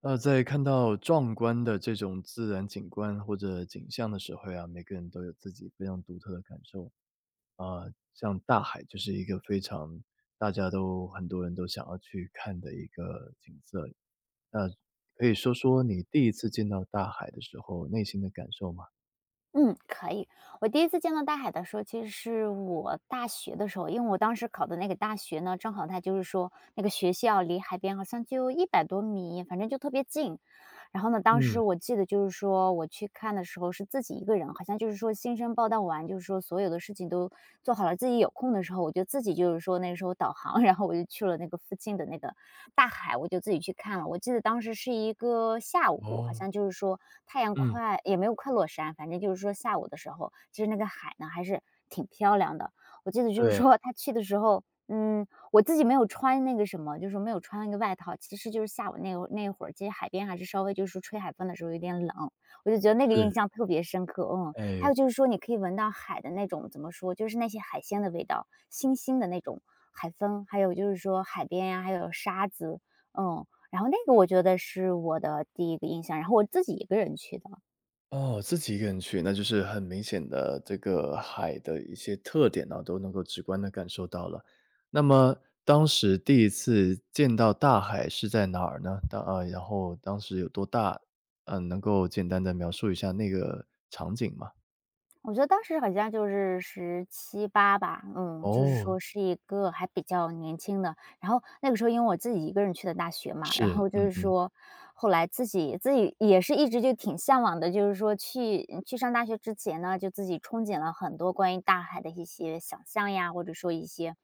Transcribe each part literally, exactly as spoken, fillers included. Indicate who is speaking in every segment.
Speaker 1: 呃，在看到壮观的这种自然景观或者景象的时候呀，每个人都有自己非常独特的感受。啊、像大海就是一个非常大家都很多人都想要去看的一个景色。那可以说说你第一次见到大海的时候内心的感受吗？
Speaker 2: 嗯，可以。我第一次见到大海的时候，其实是我大学的时候，因为我当时考的那个大学呢，正好它就是说那个学校离海边好像就一百多米，反正就特别近。然后呢，当时
Speaker 1: 嗯。
Speaker 2: 我记得就是说我去看的时候是自己一个人，好像就是说新生报到完，就是说所有的事情都做好了，自己有空的时候，我就自己就是说那时候导航，然后我就去了那个附近的那个大海，我就自己去看了。我记得当时是一个下午，好
Speaker 1: 哦。
Speaker 2: 像就是说太阳
Speaker 1: 嗯。
Speaker 2: 快也没有快落山，反正就是说下午的时候，其实那个海呢还是挺漂亮的。我记得就是
Speaker 1: 对。
Speaker 2: 说他去的时候，嗯，我自己没有穿那个什么，就是没有穿那个外套，其实就是下午那会那会儿，其实海边还是稍微就是吹海风的时候有点冷，我就觉得那个
Speaker 1: 是。
Speaker 2: 印象特别深刻。嗯，
Speaker 1: 哎。
Speaker 2: 还有就是说你可以闻到海的那种怎么说，就是那些海鲜的味道，腥腥的那种海风，还有就是说海边呀、还有沙子，嗯，然后那个我觉得是我的第一个印象，然后我自己一个人去的。
Speaker 1: 哦，自己一个人去，那就是很明显的这个海的一些特点呢，都能够直观的感受到了。那么当时第一次见到大海是在哪儿呢？当啊，然后当时有多大？嗯，能够简单的描述一下那个场景吗？
Speaker 2: 我觉得当时好像就是十七八吧，嗯，就是
Speaker 1: 哦。
Speaker 2: 说是一个还比较年轻的。然后那个时候因为我自己一个人去的大学嘛，然
Speaker 1: 是。
Speaker 2: 后就
Speaker 1: 嗯
Speaker 2: 是
Speaker 1: 嗯。
Speaker 2: 说后来自己自己也是一直就挺向往的，就是说去去上大学之前呢，就自己憧憬了很多关于大海的一些想象呀，或者说一些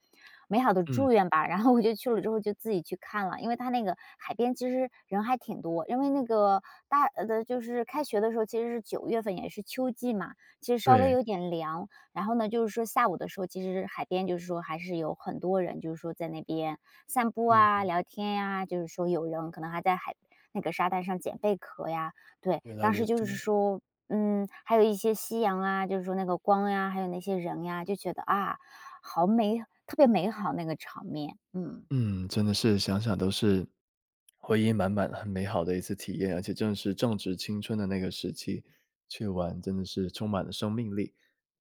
Speaker 2: 美好的
Speaker 1: 嗯。
Speaker 2: 祝愿吧。然后我就去了之后就自己去看了，因为它那个海边其实人还挺多，因为那个大呃，就是开学的时候其实是九月份，也是秋季嘛。其实稍微
Speaker 1: 对。
Speaker 2: 有点凉。然后呢，就是说下午的时候，其实海边就是说还是有很多人，就是说在那边散步啊、
Speaker 1: 嗯。
Speaker 2: 聊天呀、就是说有人可能还在海那个沙滩上捡贝壳呀。对，
Speaker 1: 原来
Speaker 2: 当
Speaker 1: 如
Speaker 2: 时
Speaker 1: 此。
Speaker 2: 就是说。嗯，还有一些夕阳啊，就是说那个光呀，还有那些人呀，就觉得啊，好美，特别美好那个场面。嗯。
Speaker 1: 嗯，真的是想想都是回忆满满、很美好的一次体验，而且正是正值青春的那个时期去玩，真的是充满了生命力。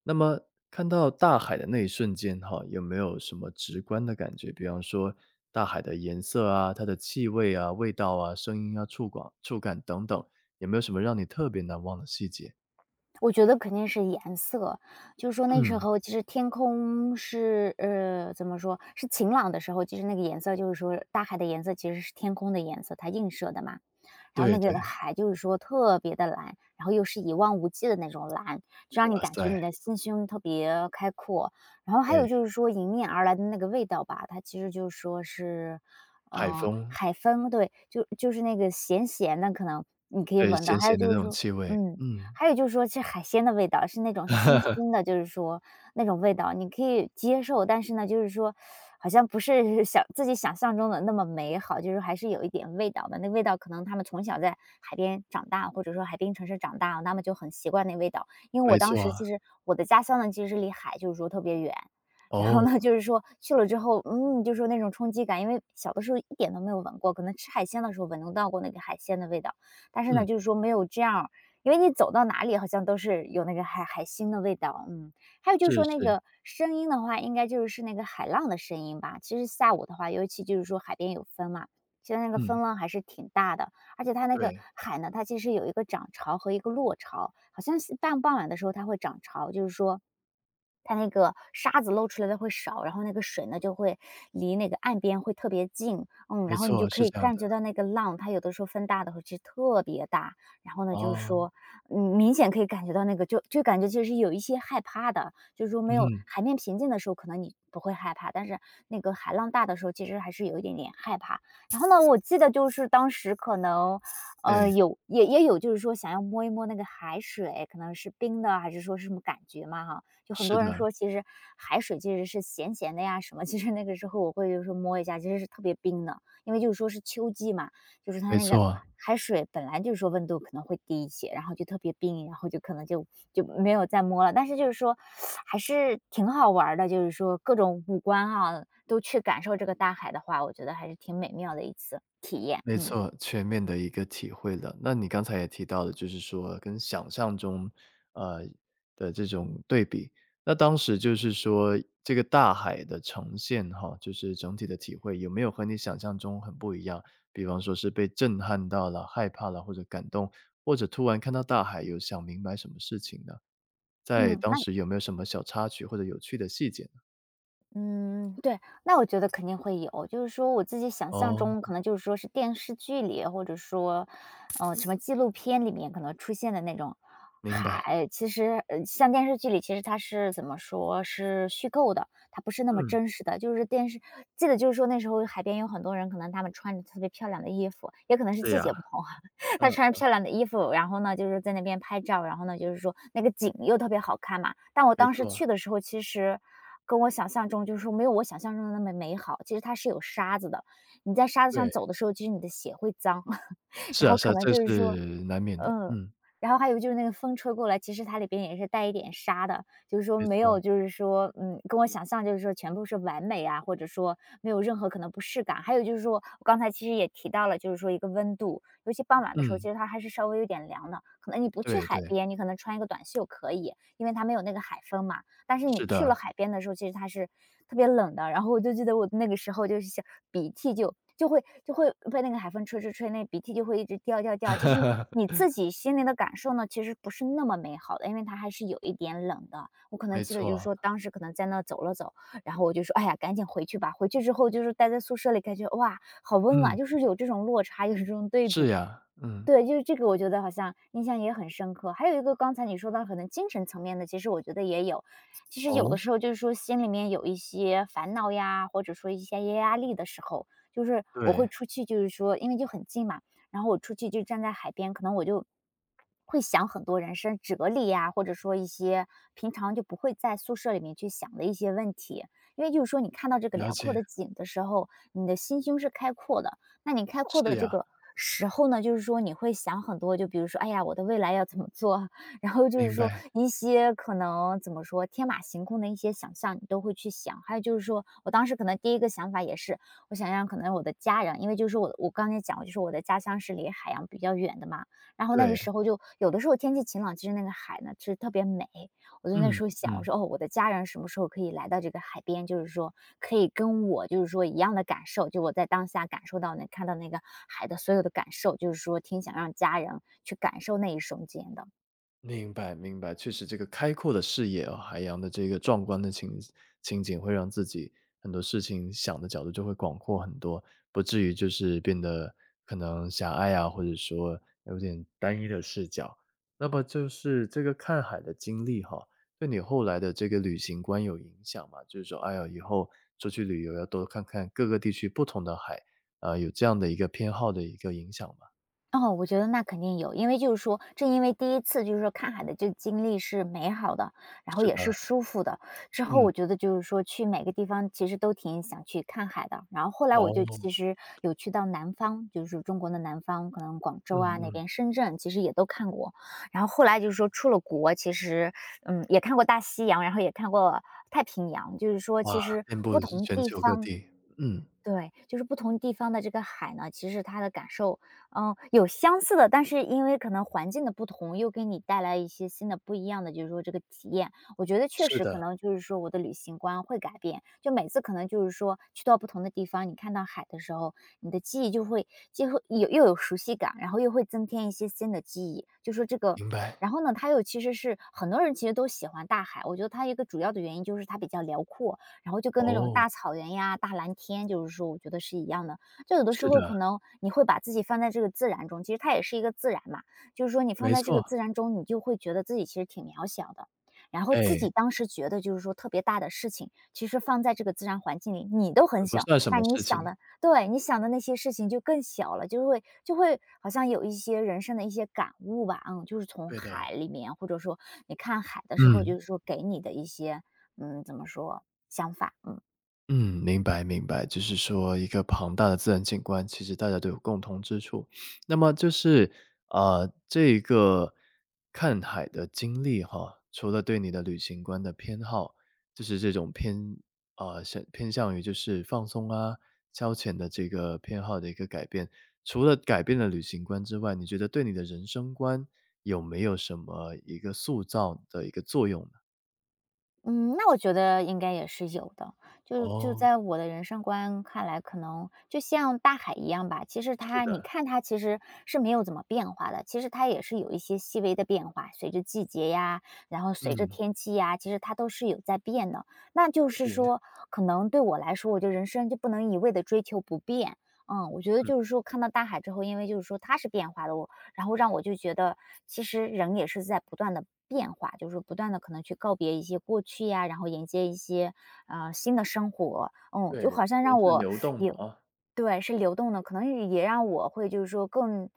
Speaker 1: 那么看到大海的那一瞬间哈，有没有什么直观的感觉？比方说大海的颜色啊、它的气味啊、味道啊、声音啊、触感、触感等等，有没有什么让你特别难忘的细节？
Speaker 2: 我觉得肯定是颜色，就是说那时
Speaker 1: 嗯。
Speaker 2: 候其实天空是呃，怎么说，是晴朗的时候，其实那个颜色就是说大海的颜色其实是天空的颜色，它映射的嘛。然后
Speaker 1: 对
Speaker 2: 那个
Speaker 1: 对。
Speaker 2: 海就是说特别的蓝，然后又是一望无际的那种蓝，就让你
Speaker 1: 哇
Speaker 2: 感觉
Speaker 1: 塞。
Speaker 2: 你的心胸特别开阔。然后还有就
Speaker 1: 哎。
Speaker 2: 是说迎面而来的那个味道吧，它其实就是说是，
Speaker 1: 海
Speaker 2: 呃，
Speaker 1: 风，
Speaker 2: 海风，对，就就是那个咸咸的可能你可以
Speaker 1: 对，
Speaker 2: 闻到，
Speaker 1: 咸
Speaker 2: 还有
Speaker 1: 咸的那
Speaker 2: 就是
Speaker 1: 种
Speaker 2: 说
Speaker 1: 气味，
Speaker 2: 嗯。
Speaker 1: 嗯。
Speaker 2: 还有就是说是海鲜的味道，是那种腥腥的，就是说那种味道你可以接受，但是呢，就是说好像不是想自己想象中的那么美好，就是还是有一点味道的。那味道可能他们从小在海边长大，或者说海滨城市长大，他们就很习惯那味道。因为
Speaker 1: 没
Speaker 2: 我当时其
Speaker 1: 错。
Speaker 2: 实我的家乡呢，其实离海就是说特别远，然后呢，
Speaker 1: 哦。
Speaker 2: 就是说去了之后，嗯，就是说那种冲击感，因为小的时候一点都没有闻过，可能吃海鲜的时候闻得到过那个海鲜的味道，但是
Speaker 1: 嗯。
Speaker 2: 呢，就是说没有这样因为你走到哪里好像都是有那个海海星的味道，嗯。还有就是
Speaker 1: 是
Speaker 2: 说那
Speaker 1: 是。
Speaker 2: 个声音的话，应该就是那个海浪的声音吧。其实下午的话，尤其就是说海边有风嘛，其实那个
Speaker 1: 嗯。
Speaker 2: 风浪还是挺大的，而且它那个
Speaker 1: 对。
Speaker 2: 海呢，它其实有一个涨潮和一个落潮，好像是傍傍晚的时候它会涨潮，就是说它那个沙子露出来的会少，然后那个水呢就会离那个岸边会特别近，嗯，
Speaker 1: 没
Speaker 2: 然后你
Speaker 1: 错，
Speaker 2: 就可
Speaker 1: 是
Speaker 2: 以
Speaker 1: 这样的。
Speaker 2: 感觉到那个浪，它有的时候风大的时候其实特别大，然后呢，就是
Speaker 1: 哦。
Speaker 2: 说嗯，明显可以感觉到那个就就感觉其实有一些害怕的，就是说没
Speaker 1: 嗯
Speaker 2: 有
Speaker 1: 哼。
Speaker 2: 海面平静的时候，可能你不会害怕，但是那个海浪大的时候，其实还是有一点点害怕。然后呢，我记得就是当时可能，
Speaker 1: 哎。
Speaker 2: 呃，有也也有就是说想要摸一摸那个海水，可能是冰的还是说是什么感觉嘛哈。就很
Speaker 1: 是
Speaker 2: 多人
Speaker 1: 的。
Speaker 2: 说，其实海水其实是咸咸的呀什么，其实那个时候我会就是说摸一下，其实是特别冰的，因为就是说是秋季嘛，就是它
Speaker 1: 没
Speaker 2: 那个
Speaker 1: 错。
Speaker 2: 海水本来就是说温度可能会低一些，然后就特别冰，然后就可能就就没有再摸了。但是就是说还是挺好玩儿的，就是说各种五官啊，都去感受这个大海的话，我觉得还是挺美妙的一次，
Speaker 1: 没
Speaker 2: 嗯。
Speaker 1: 错，全面的一个体会了。那你刚才也提到了，就是说跟想象中，呃，的这种对比，那当时就是说这个大海的呈现哈，就是整体的体会有没有和你想象中很不一样？比方说是被震撼到了、害怕了或者感动，或者突然看到大海有想明白什么事情呢？在
Speaker 2: 嗯，
Speaker 1: 当
Speaker 2: 那
Speaker 1: 时有没有什么小插曲或者有趣的细节呢？
Speaker 2: 嗯，对，那我觉得肯定会有，就是说我自己想象
Speaker 1: 哦。
Speaker 2: 中可能就是说是电视剧里，或者说，嗯，什么纪录片里面可能出现的那种
Speaker 1: 明白。
Speaker 2: 海，其实呃像电视剧里其实它是怎么说是虚构的，它不是那么
Speaker 1: 嗯。
Speaker 2: 真实的。就是电视记得就是说那时候海边有很多人，可能他们穿着特别漂亮的衣服，也可能是
Speaker 1: 是
Speaker 2: 季
Speaker 1: 呀。
Speaker 2: 节不同啊
Speaker 1: 嗯。
Speaker 2: 她穿着漂亮的衣服，然后呢就是在那边拍照，然后呢就是说那个景又特别好看嘛。但我
Speaker 1: 没
Speaker 2: 当时
Speaker 1: 错。
Speaker 2: 去的时候，其实跟我想象中就是说没有我想象中的那么美好，其实它是有沙子的，你在沙子上
Speaker 1: 对。
Speaker 2: 走的时候，其实你的鞋会脏，
Speaker 1: 是
Speaker 2: 然
Speaker 1: 啊
Speaker 2: 后
Speaker 1: 是
Speaker 2: 可
Speaker 1: 啊，
Speaker 2: 能
Speaker 1: 这
Speaker 2: 就
Speaker 1: 是
Speaker 2: 是说
Speaker 1: 难免的。
Speaker 2: 嗯，
Speaker 1: 嗯。
Speaker 2: 然后还有就是那个风吹过来，其实它里边也是带一点沙的，就是说
Speaker 1: 没
Speaker 2: 没
Speaker 1: 错。
Speaker 2: 有，就是说，嗯，跟我想象就是说全部是完美啊，或者说没有任何可能不适感。还有就是说，我刚才其实也提到了，就是说一个温度，尤其傍晚的时候，
Speaker 1: 嗯。
Speaker 2: 其实它还是稍微有点凉的。可能你不去
Speaker 1: 对
Speaker 2: 海
Speaker 1: 对。
Speaker 2: 边，你可能穿一个短袖可以，因为它没有那个海风嘛。但是你
Speaker 1: 是
Speaker 2: 去了
Speaker 1: 的。
Speaker 2: 海边的时候，其实它是特别冷的。然后我就记得我那个时候就是想鼻涕就就会就会被那个海风吹吹吹，那鼻涕就会一直掉掉掉。其实你自己心里的感受呢，其实不是那么美好的，因为它还是有一点冷的。我可能
Speaker 1: 没
Speaker 2: 记得就是
Speaker 1: 错。
Speaker 2: 说，当时可能在那走了走，然后我就说，哎呀，赶紧回去吧。回去之后就是待在宿舍里，感觉哇，好温暖，
Speaker 1: 嗯。
Speaker 2: 就是有这种落差，有这种对
Speaker 1: 是
Speaker 2: 比。
Speaker 1: 呀。嗯。
Speaker 2: 对，就是这个我觉得好像印象也很深刻。还有一个刚才你说到可能精神层面的，其实我觉得也有。其实有
Speaker 1: 哦。
Speaker 2: 的时候就是说心里面有一些烦恼呀，或者说一些压力的时候，就是我会
Speaker 1: 对。
Speaker 2: 出去，就是说因为就很近嘛，然后我出去就站在海边，可能我就会想很多人生哲理呀，或者说一些平常就不会在宿舍里面去想的一些问题。因为就是说你看到这个
Speaker 1: 了
Speaker 2: 辽阔
Speaker 1: 解。
Speaker 2: 的景的时候，你的心胸是开阔的。那你开阔
Speaker 1: 是
Speaker 2: 的这
Speaker 1: 呀。
Speaker 2: 个时候呢，就是说你会想很多，就比如说，哎呀，我的未来要怎么做啊？然后就是
Speaker 1: 明
Speaker 2: 说
Speaker 1: 白。
Speaker 2: 一些可能怎么说天马行空的一些想象，你都会去想。还有就是说，我当时可能第一个想法也是，我想让可能我的家人，因为就是我我刚才讲过，就是我的家乡是离海洋比较远的嘛，然后那个
Speaker 1: 对。
Speaker 2: 时候就有的时候天气晴朗，其实那个海呢是特别美，我就那
Speaker 1: 嗯
Speaker 2: 时候想，我
Speaker 1: 嗯。
Speaker 2: 说：“哦，我的家人什么时候可以来到这个海边？就是说可以跟我就是说一样的感受，就我在当下感受到那看到那个海的所有的感受，就是说挺想让家人去感受那一瞬间的。”
Speaker 1: 明白明白，确实这个开阔的视野啊，海洋的这个壮观的情情景，会让自己很多事情想的角度就会广阔很多，不至于就是变得可能狭隘啊，或者说有点单一的视角。那么就是这个看海的经历哈，对你后来的这个旅行观有影响吗？就是说，哎呀，以后出去旅游要多看看各个地区不同的海，啊、有这样的一个偏好的一个影响吗？
Speaker 2: 哦，我觉得那肯定有，因为就是说，正因为第一次就是说看海的这个经历是美好的，然后
Speaker 1: 是
Speaker 2: 也是
Speaker 1: 的。
Speaker 2: 舒服的，之后
Speaker 1: 嗯。
Speaker 2: 我觉得就是说去每个地方其实都挺想去看海的。然后后来我就其
Speaker 1: 哦。
Speaker 2: 实有去到南方，就是中国的南方，可能广
Speaker 1: 嗯
Speaker 2: 州啊那
Speaker 1: 嗯。
Speaker 2: 边、深圳其实也都看过。然后后来就是说出了国，其实嗯也看过大西洋，然后也看过太平洋，就是说其
Speaker 1: 哇，
Speaker 2: 实
Speaker 1: 遍布
Speaker 2: 不同
Speaker 1: 全
Speaker 2: 地
Speaker 1: 球各
Speaker 2: 方
Speaker 1: 地。嗯。
Speaker 2: 对，就是不同地方的这个海呢，其实它的感受，嗯，有相似的，但是因为可能环境的不同，又给你带来一些新的不一样的，就是说这个体验。我觉得确
Speaker 1: 是
Speaker 2: 实可
Speaker 1: 的。
Speaker 2: 能就是说我的旅行观会改变，就每次可能就是说去到不同的地方，你看到海的时候，你的记忆就会就会有又有熟悉感，然后又会增添一些新的记忆，就说这个。
Speaker 1: 明白。
Speaker 2: 然后呢，它又其实是很多人其实都喜欢大海，我觉得它一个主要的原因就是它比较辽阔，然后就跟那种
Speaker 1: 哦。
Speaker 2: 大草原呀、大蓝天，就是说我觉得是一样的。就有的时
Speaker 1: 是
Speaker 2: 候可
Speaker 1: 的。
Speaker 2: 能你会把自己放在这个自然中，其实它也是一个自然嘛，就是说你放
Speaker 1: 没
Speaker 2: 在这个
Speaker 1: 错。
Speaker 2: 自然中，你就会觉得自己其实挺渺小的。然后自
Speaker 1: 哎，
Speaker 2: 己当时觉得就是说特别大的事情，其实放在这个自然环境里，你都
Speaker 1: 这
Speaker 2: 很
Speaker 1: 不
Speaker 2: 小，
Speaker 1: 算什
Speaker 2: 那
Speaker 1: 么
Speaker 2: 你
Speaker 1: 事
Speaker 2: 想
Speaker 1: 情。
Speaker 2: 的，对，你想的那些事情就更小了，就会就会好像有一些人生的一些感悟吧，嗯，就是从
Speaker 1: 对的。
Speaker 2: 海里面，或者说你看海的时候，
Speaker 1: 嗯。
Speaker 2: 就是说给你的一些，嗯，怎么说，想法，嗯。
Speaker 1: 嗯，明白明白，就是说一个庞大的自然景观，其实大家都有共同之处。那么就是，呃，这个看海的经历哈，除了对你的旅行观的偏好，就是这种偏啊向偏向于就是放松啊、消遣的这个偏好的一个改变。除了改变了旅行观之外，你觉得对你的人生观有没有什么一个塑造的一个作用呢？
Speaker 2: 嗯，那我觉得应该也是有的，就就
Speaker 1: 哦。
Speaker 2: 在我的人生观看来，可能就像大海一样吧。其实
Speaker 1: 是
Speaker 2: 它，你
Speaker 1: 的。
Speaker 2: 看它其实是没有怎么变化的，其实它也是有一些细微的变化，随着季节呀，然后随着
Speaker 1: 嗯。了
Speaker 2: 天气呀，其实它都是有在变的。那就是说，可能对我来说，我就人生就不能一味的追求不变。嗯，我觉得
Speaker 1: 嗯。
Speaker 2: 就是说，看到大海之后，因为就是说它是变化的，我然后让我就觉得，其实人也是在不断的变化，就是不断的可能去告别一些过去呀，然后迎接一些呃新的生活，嗯，
Speaker 1: 对，
Speaker 2: 就好像
Speaker 1: 人
Speaker 2: 让
Speaker 1: 是
Speaker 2: 我
Speaker 1: 流动的
Speaker 2: 也
Speaker 1: 啊。
Speaker 2: 对是流动的，可能也让我会就是说更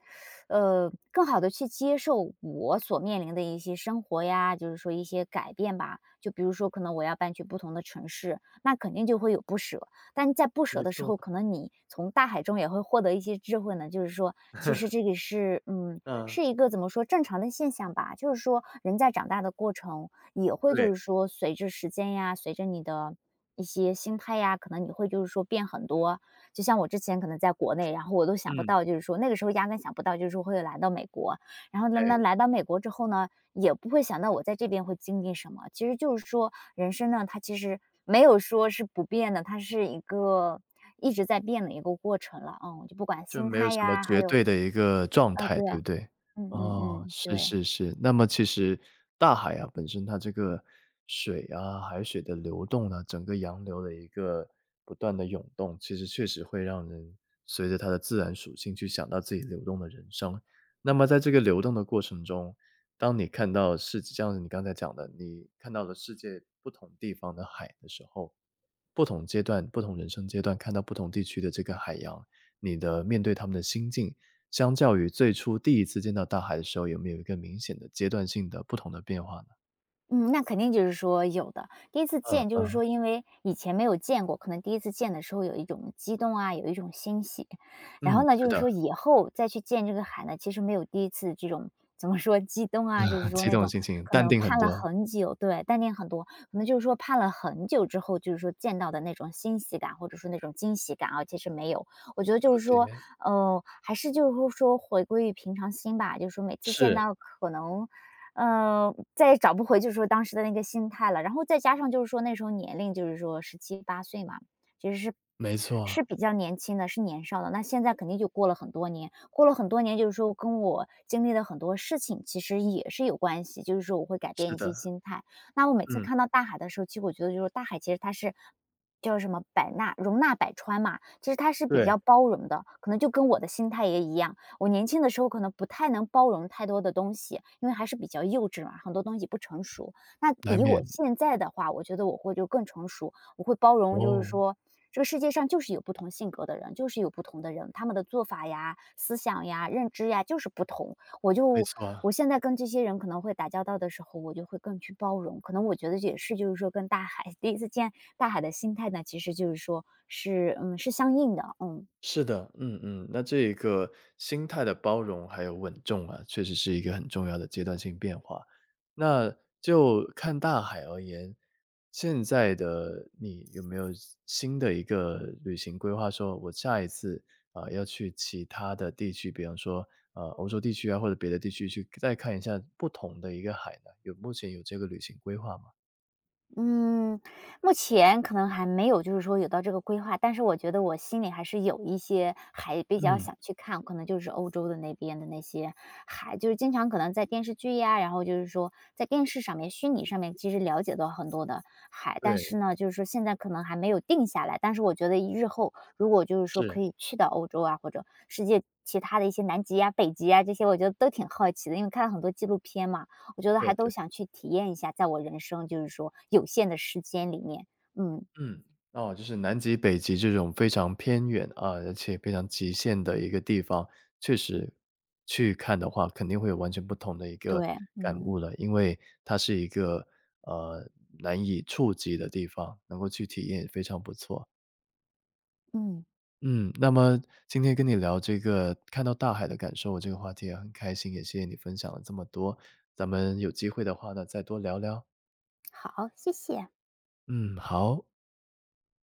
Speaker 2: 呃更好的去接受我所面临的一些生活呀，就是说一些改变吧。就比如说，可能我要搬去不同的城市，那肯定就会有不舍。但在不舍
Speaker 1: 没
Speaker 2: 的时
Speaker 1: 错。
Speaker 2: 候，可能你从大海中也会获得一些智慧呢。就是说，其实这个是，嗯，
Speaker 1: 嗯。
Speaker 2: 是一个怎么说正常的现象吧。就是说，人在长大的过程，也会就
Speaker 1: 对。
Speaker 2: 是说，随着时间呀，随着你的一些心态呀，可能你会就是说变很多。就像我之前可能在国内，然后我都想不
Speaker 1: 嗯。
Speaker 2: 到，就是说那个时候压根想不到，就是说会来到美国。然后呢，那
Speaker 1: 对，
Speaker 2: 来到美国之后呢，也不会想到我在这边会经历什么。其实就是说，人生呢，它其实没有说是不变的，它是一个一直在变的一个过程了，嗯，就不管
Speaker 1: 就
Speaker 2: 心
Speaker 1: 没有
Speaker 2: 态
Speaker 1: 什么
Speaker 2: 呀，还
Speaker 1: 绝
Speaker 2: 有
Speaker 1: 对的一个状
Speaker 2: 呃，
Speaker 1: 态，
Speaker 2: 对，
Speaker 1: 对不对？
Speaker 2: 嗯嗯
Speaker 1: 哦，
Speaker 2: 嗯，
Speaker 1: 是
Speaker 2: 对。
Speaker 1: 是是，那么其实大海啊，本身它这个水啊，海水的流动啊，整个洋流的一个不断的涌动，其实确实会让人随着它的自然属性去想到自己流动的人生。那么在这个流动的过程中，当你看到世界像你刚才讲的，你看到了世界不同地方的海的时候，不同阶段、不同人生阶段看到不同地区的这个海洋，你的面对他们的心境，相较于最初第一次见到大海的时候，有没有一个明显的阶段性的不同的变化呢？
Speaker 2: 嗯，那肯定就是说有的。第一次
Speaker 1: 嗯
Speaker 2: 见就是
Speaker 1: 嗯。
Speaker 2: 说因为以前没有见过，可能第一次见的时候有一种激动啊，有一种欣喜。然
Speaker 1: 嗯，
Speaker 2: 后呢，
Speaker 1: 是
Speaker 2: 就是
Speaker 1: 的。
Speaker 2: 说以后再去见这个海呢，其实没有第一次这种怎么说激动啊，就是 说
Speaker 1: 激
Speaker 2: 那
Speaker 1: 动的
Speaker 2: 种
Speaker 1: 心情，
Speaker 2: 可
Speaker 1: 淡
Speaker 2: 能
Speaker 1: 定很
Speaker 2: 盼了
Speaker 1: 多。
Speaker 2: 很久，对，淡定很多。可能就是说盼了很久之后，就是说见到的那种欣喜感，或者说那种惊喜感啊，其实没有。我觉得
Speaker 1: 了
Speaker 2: 就是
Speaker 1: 解。
Speaker 2: 说，呃，还是就是说回归于平常心吧，就是说每次见
Speaker 1: 是。
Speaker 2: 到可能嗯，再也找不回就是说当时的那个心态了。然后再加上就是说那时候年龄就是说十七八岁嘛，其实是
Speaker 1: 没
Speaker 2: 是
Speaker 1: 错。
Speaker 2: 比较年轻的，是年少的。那现在肯定就过了很多年，过了很多年就是说跟我经历的很多事情其实也是有关系，就是说我会改变
Speaker 1: 是
Speaker 2: 一些
Speaker 1: 的。
Speaker 2: 心态。那我每次
Speaker 1: 嗯。
Speaker 2: 看到大海的时候，其实我觉得就是大海其实它是叫什么百纳容纳百川嘛，其实它是比
Speaker 1: 对。
Speaker 2: 较包容的，可能就跟我的心态也一样。我年轻的时候可能不太能包容太多的东西，因为还是比较幼稚嘛，很多东西不成熟。那
Speaker 1: 难
Speaker 2: 以我
Speaker 1: 免。
Speaker 2: 现在的话，我觉得我会就更成熟，我会包容，就是
Speaker 1: 哦。
Speaker 2: 说这个世界上就是有不同性格的人，就是有不同的人，他们的做法呀、思想呀、认知呀就是不同。我
Speaker 1: 没
Speaker 2: 就
Speaker 1: 错。
Speaker 2: 我现在跟这些人可能会打交道的时候，我就会更去包容。可能我觉得也是，就是说跟大海 第一次见大海的心态呢，其实就是说是嗯是相应的，嗯。
Speaker 1: 是的。嗯嗯。那这一个心态的包容还有稳重啊，确实是一个很重要的阶段性变化。那就看大海而言，现在的你有没有新的一个旅行规划？说我下一次啊、呃要去其他的地区，比方说呃欧洲地区啊，或者别的地区去再看一下不同的一个海呢？有目前有这个旅行规划吗？
Speaker 2: 嗯，目前可能还没有，就是说有到这个规划，但是我觉得我心里还是有一些还比较
Speaker 1: 嗯。
Speaker 2: 想去看，可能就是欧洲的那边的那些海，就是经常可能在电视剧呀，然后就是说在电视上面、虚拟上面，其实了解到很多的海，但
Speaker 1: 对。
Speaker 2: 是呢，就是说现在可能还没有定下来，但是我觉得日后如果就是说可
Speaker 1: 是。
Speaker 2: 以去到欧洲啊，或者世界其他的一些南极呀、北极呀这些，我觉得都挺好奇的，因为看了很多纪录片嘛，我觉得
Speaker 1: 对
Speaker 2: 还都
Speaker 1: 对。
Speaker 2: 想去体验一下，在我人生就是说有限的时间里面，嗯，
Speaker 1: 嗯。哦，就是南极、北极这种非常偏远啊，而且非常极限的一个地方，确实去看的话，肯定会有完全不同的一个
Speaker 2: 对，
Speaker 1: 感
Speaker 2: 嗯
Speaker 1: 悟了。因为它是一个呃难以触及的地方，能够去体验也非常不错。
Speaker 2: 嗯，
Speaker 1: 嗯，那么今天跟你聊这个看到大海的感受，我这个话题也很开心，也谢谢你分享了这么多。咱们有机会的话呢，再多聊聊。
Speaker 2: 好，谢谢。
Speaker 1: 嗯。好。